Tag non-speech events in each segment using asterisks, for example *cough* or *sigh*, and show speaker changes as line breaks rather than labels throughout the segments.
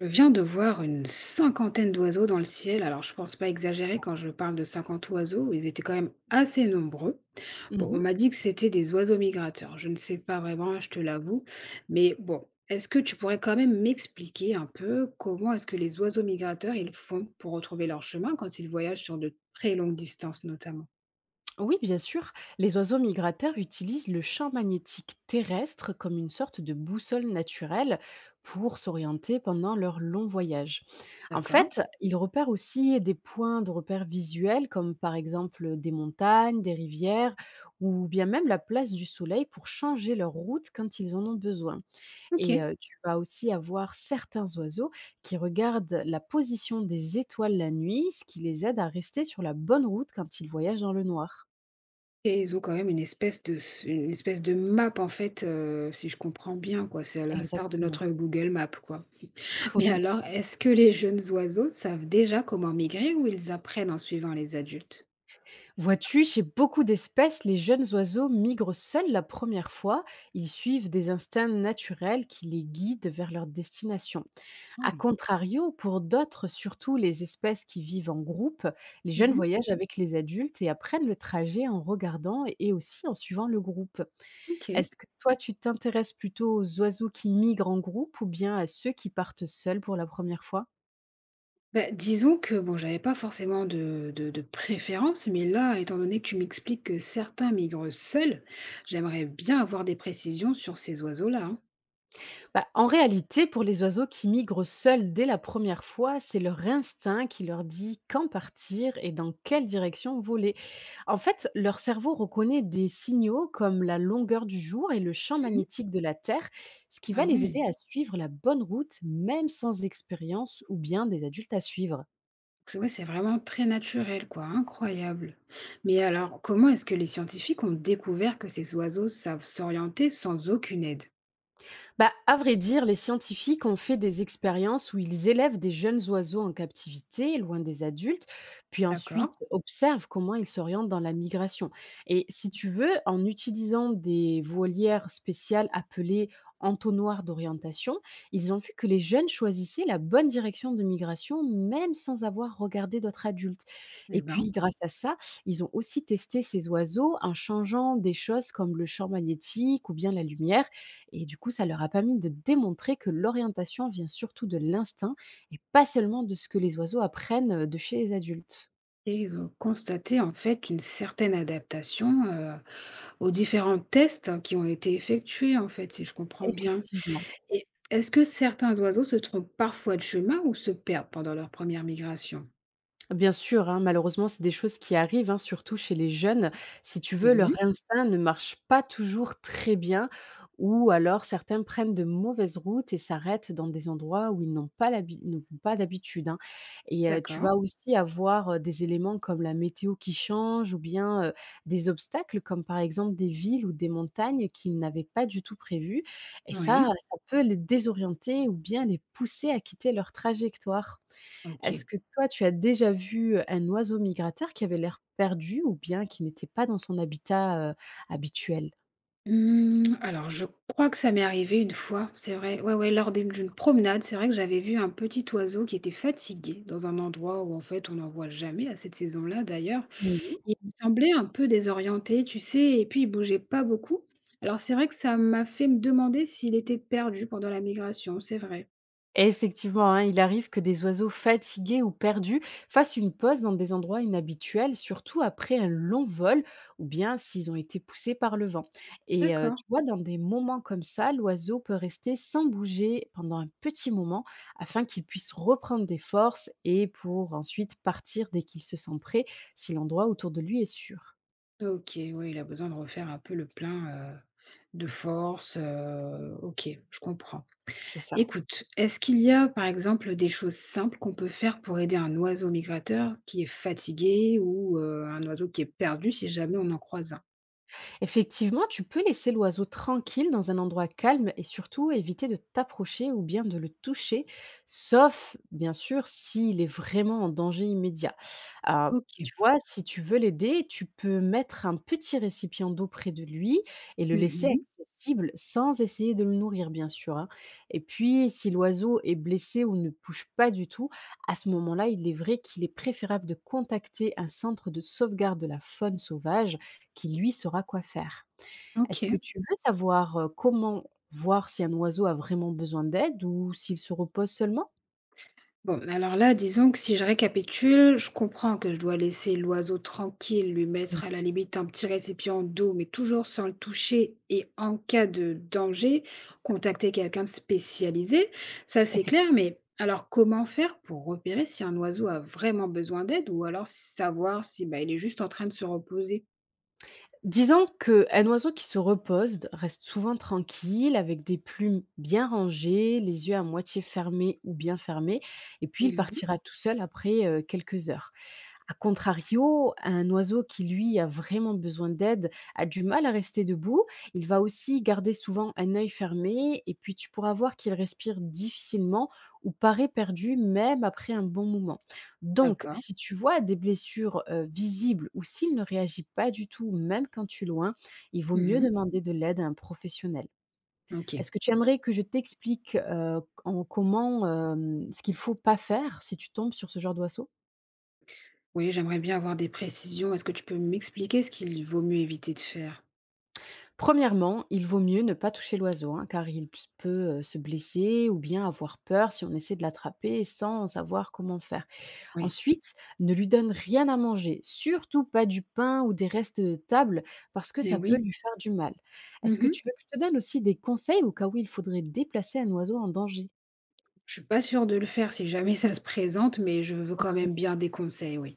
Je viens de voir une cinquantaine d'oiseaux dans le ciel. Alors, je pense pas exagérer quand je parle de 50 oiseaux. Ils étaient quand même assez nombreux. Bon, on
Mmh.
m'a dit que c'était des oiseaux migrateurs. Je ne sais pas vraiment, je te l'avoue. Mais bon, est-ce que tu pourrais quand même m'expliquer un peu comment est-ce que les oiseaux migrateurs, ils font pour retrouver leur chemin quand ils voyagent sur de très longues distances, notamment?
Oui, bien sûr. Les oiseaux migrateurs utilisent le champ magnétique terrestre comme une sorte de boussole naturelle pour s'orienter pendant leur long voyage. En
D'accord.
fait, ils repèrent aussi des points de repère visuels comme par exemple des montagnes, des rivières ou bien même la place du soleil pour changer leur route quand ils en ont besoin.
Ok.
Tu vas aussi avoir certains oiseaux qui regardent la position des étoiles la nuit, ce qui les aide à rester sur la bonne route quand ils voyagent dans le noir.
Et ils ont quand même une espèce de s une espèce de map en fait, si je comprends bien quoi, c'est à l'instar de
Exactement,
notre Google Map quoi.
*laughs*
*laughs*
oui.
Mais alors, est-ce que les jeunes oiseaux savent déjà comment migrer ou ils apprennent en suivant les adultes?
Vois-tu, chez beaucoup d'espèces, les jeunes oiseaux migrent seuls la première fois. Ils suivent des instincts naturels qui les guident vers leur destination. A
Oui.
contrario, pour d'autres, surtout les espèces qui vivent en groupe, les jeunes
Mmh.
voyagent avec les adultes et apprennent le trajet en regardant et aussi en suivant le groupe.
OK.
Est-ce que toi, tu t'intéresses plutôt aux oiseaux qui migrent en groupe ou bien à ceux qui partent seuls pour la première fois?
Bah, disons que bon, j'avais pas forcément de préférence, mais là, étant donné que tu m'expliques que certains migrent seuls, j'aimerais bien avoir des précisions sur ces oiseaux-là, hein.
Bah, en réalité, pour les oiseaux qui migrent seuls dès la première fois, c'est leur instinct qui leur dit quand partir et dans quelle direction voler. En fait, leur cerveau reconnaît des signaux comme la longueur du jour et le champ
Mmh.
magnétique de la Terre, ce qui
Ah
va les
oui.
aider à suivre la bonne route, même sans expérience ou bien des adultes à suivre.
C'est ouais, c'est vraiment très naturel quoi, incroyable. Mais alors, comment est-ce que les scientifiques ont découvert que ces oiseaux savent s'orienter sans aucune aide?
Bah, à vrai dire, les scientifiques ont fait des expériences où ils élèvent des jeunes oiseaux en captivité, loin des adultes, puis
D'accord,
ensuite observent comment ils s'orientent dans la migration. Et si tu veux, en utilisant des voilières spéciales appelées entonnoirs d'orientation, ils ont vu que les jeunes choisissaient la bonne direction de migration même sans avoir regardé d'autres adultes.
eh
Et
ben,
puis, grâce à ça, ils ont aussi testé ces oiseaux en changeant des choses comme le champ magnétique ou bien la lumière et du coup, ça leur a permis de démontrer que l'orientation vient surtout de l'instinct et pas seulement de ce que les oiseaux apprennent, de chez les adultes.
et ils ont constaté en fait une certaine adaptation aux différents tests hein, qui ont été effectués en fait, si je comprends bien.
Effectivement.
Et est-ce que certains oiseaux se trompent parfois de chemin ou se perdent pendant leur première migration?
Bien sûr, hein, malheureusement, c'est des choses qui arrivent, hein, surtout chez les jeunes. Si tu veux,
Mhm.
leur instinct ne marche pas toujours très bien, ou alors certains prennent de mauvaises routes et s'arrêtent dans des endroits où ils n'ont pas d'habitude, hein. Tu
D'accord,
vas aussi avoir des éléments comme la météo qui change, ou bien des obstacles comme par exemple des villes ou des montagnes qu'ils n'avaient pas du tout prévues. Et ça,
oui,
ça peut les désorienter ou bien les pousser à quitter leur trajectoire.
ok.
Est-ce que toi, tu as déjà vu un oiseau migrateur qui avait l'air perdu ou bien qui n'était pas dans son habitat, habituel?
Mmh, alors je crois que ça m'est arrivé une fois, c'est vrai. Ouais, ouais, lors d'une promenade, c'est vrai que j'avais vu un petit oiseau qui était fatigué dans un endroit où en fait on n'en voit jamais à cette saison-là d'ailleurs.
Oui.
Il me semblait un peu désorienté, tu sais, et puis il bougeait pas beaucoup. Alors c'est vrai que ça m'a fait me demander s'il était perdu pendant la migration, c'est vrai.
Effectivement, hein, il arrive que des oiseaux fatigués ou perdus fassent une pause dans des endroits inhabituels, surtout après un long vol ou bien s'ils ont été poussés par le vent.
D'accord.
Tu vois, dans des moments comme ça, l'oiseau peut rester sans bouger pendant un petit moment afin qu'il puisse reprendre des forces et pour ensuite partir dès qu'il se sent prêt, si l'endroit autour de lui est sûr.
Ok, oui, il a besoin de refaire un peu le plein euh, de force. Ok, je comprends.
C'est ça.
Écoute, est-ce qu'il y a par exemple des choses simples qu'on peut faire pour aider un oiseau migrateur qui est fatigué ou un oiseau qui est perdu si jamais on en croise un?
Effectivement, tu peux laisser l'oiseau tranquille dans un endroit calme et surtout éviter de t'approcher ou bien de le toucher, sauf bien sûr s'il est vraiment en danger immédiat. Euh,
Ok.
Tu vois, si tu veux l'aider, tu peux mettre un petit récipient d'eau près de lui et le laisser
Mhm.
accessible sans essayer de le nourrir, bien sûr, hein. Et puis, si l'oiseau est blessé ou ne bouge pas du tout, à ce moment-là, il est vrai qu'il est préférable de contacter un centre de sauvegarde de la faune sauvage qui lui saura quoi faire.
Ok.
Est-ce que tu veux savoir, comment voir si un oiseau a vraiment besoin d'aide ou s'il se repose seulement?
Bon, alors là, disons que si je récapitule, je comprends que je dois laisser l'oiseau tranquille, lui
Oui,
mettre à la limite un petit récipient d'eau, mais toujours sans le toucher et en cas de danger, contacter quelqu'un de spécialisé. Ça, c'est
effect
clair, mais alors comment faire pour repérer si un oiseau a vraiment besoin d'aide ou alors savoir si bah, il est juste en train de se reposer?
disons qu'un oiseau qui se repose reste souvent tranquille, avec des plumes bien rangées, les yeux à moitié fermés ou bien fermés, et puis il
Mhm.
partira tout seul après quelques heures. A contrario, un oiseau qui, lui, a vraiment besoin d'aide, a du mal à rester debout, il va aussi garder souvent un œil fermé, et puis tu pourras voir qu'il respire difficilement ou paraît perdu même après un bon moment. Donc,
D'accord.
si tu vois des blessures, visibles ou s'il ne réagit pas du tout, même quand tu es loin, il vaut mieux
Mhm.
demander de l'aide à un professionnel.
Ok.
Est-ce que tu aimerais que je t'explique, ce qu'il faut pas faire si tu tombes sur ce genre d'oiseau?
Oui, j'aimerais bien avoir des précisions. Est-ce que tu peux m'expliquer ce qu'il vaut mieux éviter de faire?
Premièrement, il vaut mieux ne pas toucher l'oiseau, hein, car il ps peut, se blesser ou bien avoir peur si on essaie de l'attraper sans savoir comment faire.
Oui.
Ensuite, ne lui donne rien à manger, surtout pas du pain ou des restes de table parce que
Eh
ça peut
oui.
lui faire du mal. Est-ce que
Mhm.
tu veux que je te donne aussi des conseils au cas où il faudrait déplacer un oiseau en danger?
Je suis pas sûre de le faire si jamais ça se présente, mais je veux quand même bien des conseils, oui.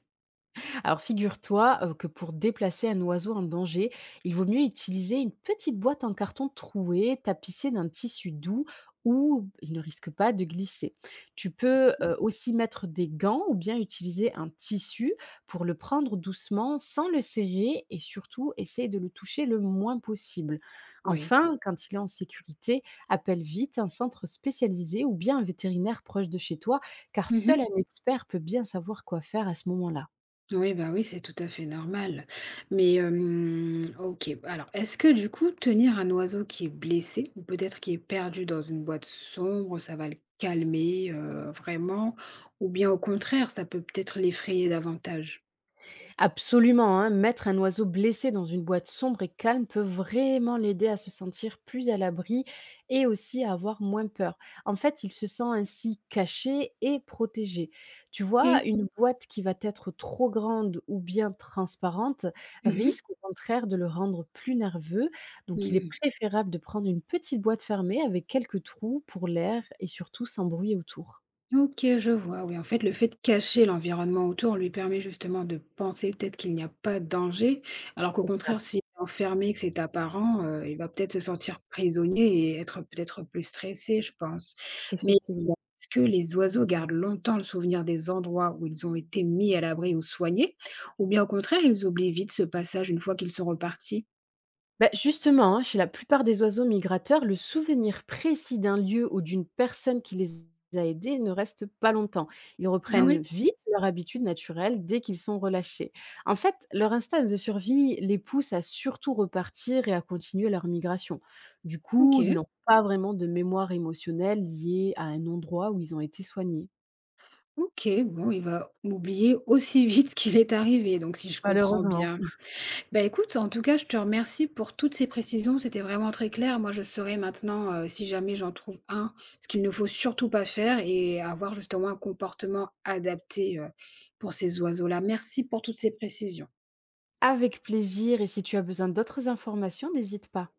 Alors figure-toi que pour déplacer un oiseau en danger, il vaut mieux utiliser une petite boîte en carton trouée, tapissée d'un tissu doux où il ne risque pas de glisser. Tu peux aussi mettre des gants ou bien utiliser un tissu pour le prendre doucement sans le serrer et surtout essayer de le toucher le moins possible.
Oui.
Enfin, quand il est en sécurité, appelle vite un centre spécialisé ou bien un vétérinaire proche de chez toi car seul
Mmh.
un expert peut bien savoir quoi faire à ce moment-là.
Oui, bah, oui, c'est tout à fait normal. Mais, OK. Alors, est-ce que du coup, tenir un oiseau qui est blessé ou peut-être qui est perdu dans une boîte sombre, ça va le calmer, vraiment? Ou bien au contraire, ça peut peut-être l'effrayer davantage?
Absolument, hein, mettre un oiseau blessé dans une boîte sombre et calme peut vraiment l'aider à se sentir plus à l'abri et aussi à avoir moins peur. En fait, il se sent ainsi caché et protégé. Tu vois,
OK.
une boîte qui va être trop grande ou bien transparente
Mmh.
risque au contraire de le rendre plus nerveux. Donc, il est
Mmh.
préférable de prendre une petite boîte fermée avec quelques trous pour l'air et surtout sans bruit autour.
Ok, je vois. Oui, en fait, le fait de cacher l'environnement autour lui permet justement de penser peut-être qu'il n'y a pas de danger, alors qu'au
C'est ça,
contraire, s'il est enfermé, que c'est apparent, il va peut-être se sentir prisonnier et être peut-être plus stressé, je pense. Mais
effectivement.
bon, est-ce que les oiseaux gardent longtemps le souvenir des endroits où ils ont été mis à l'abri ou soignés, ou bien au contraire, ils oublient vite ce passage une fois qu'ils sont repartis?
Bah, justement, hein, chez la plupart des oiseaux migrateurs, le souvenir précis d'un lieu ou d'une personne qui les a aidés ne reste pas longtemps. Ils
Ah
reprennent
oui,
vite leur habitude naturelle dès qu'ils sont relâchés. En fait, leur instinct de survie les pousse à surtout repartir et à continuer leur migration. Du
ok.
coup, ils n'ont pas vraiment de mémoire émotionnelle liée à un endroit où ils ont été soignés.
Ok, bon, il va oublier aussi vite *laughs* qu'il est arrivé, donc si je comprends
Malheureusement.
bien. Bah, écoute, en tout cas, je te remercie pour toutes ces précisions, c'était vraiment très clair. Moi, je saurai maintenant, si jamais j'en trouve un, ce qu'il ne faut surtout pas faire et avoir justement un comportement adapté, pour ces oiseaux-là. Merci pour toutes ces précisions.
Avec plaisir, et si tu as besoin d'autres informations, n'hésite pas.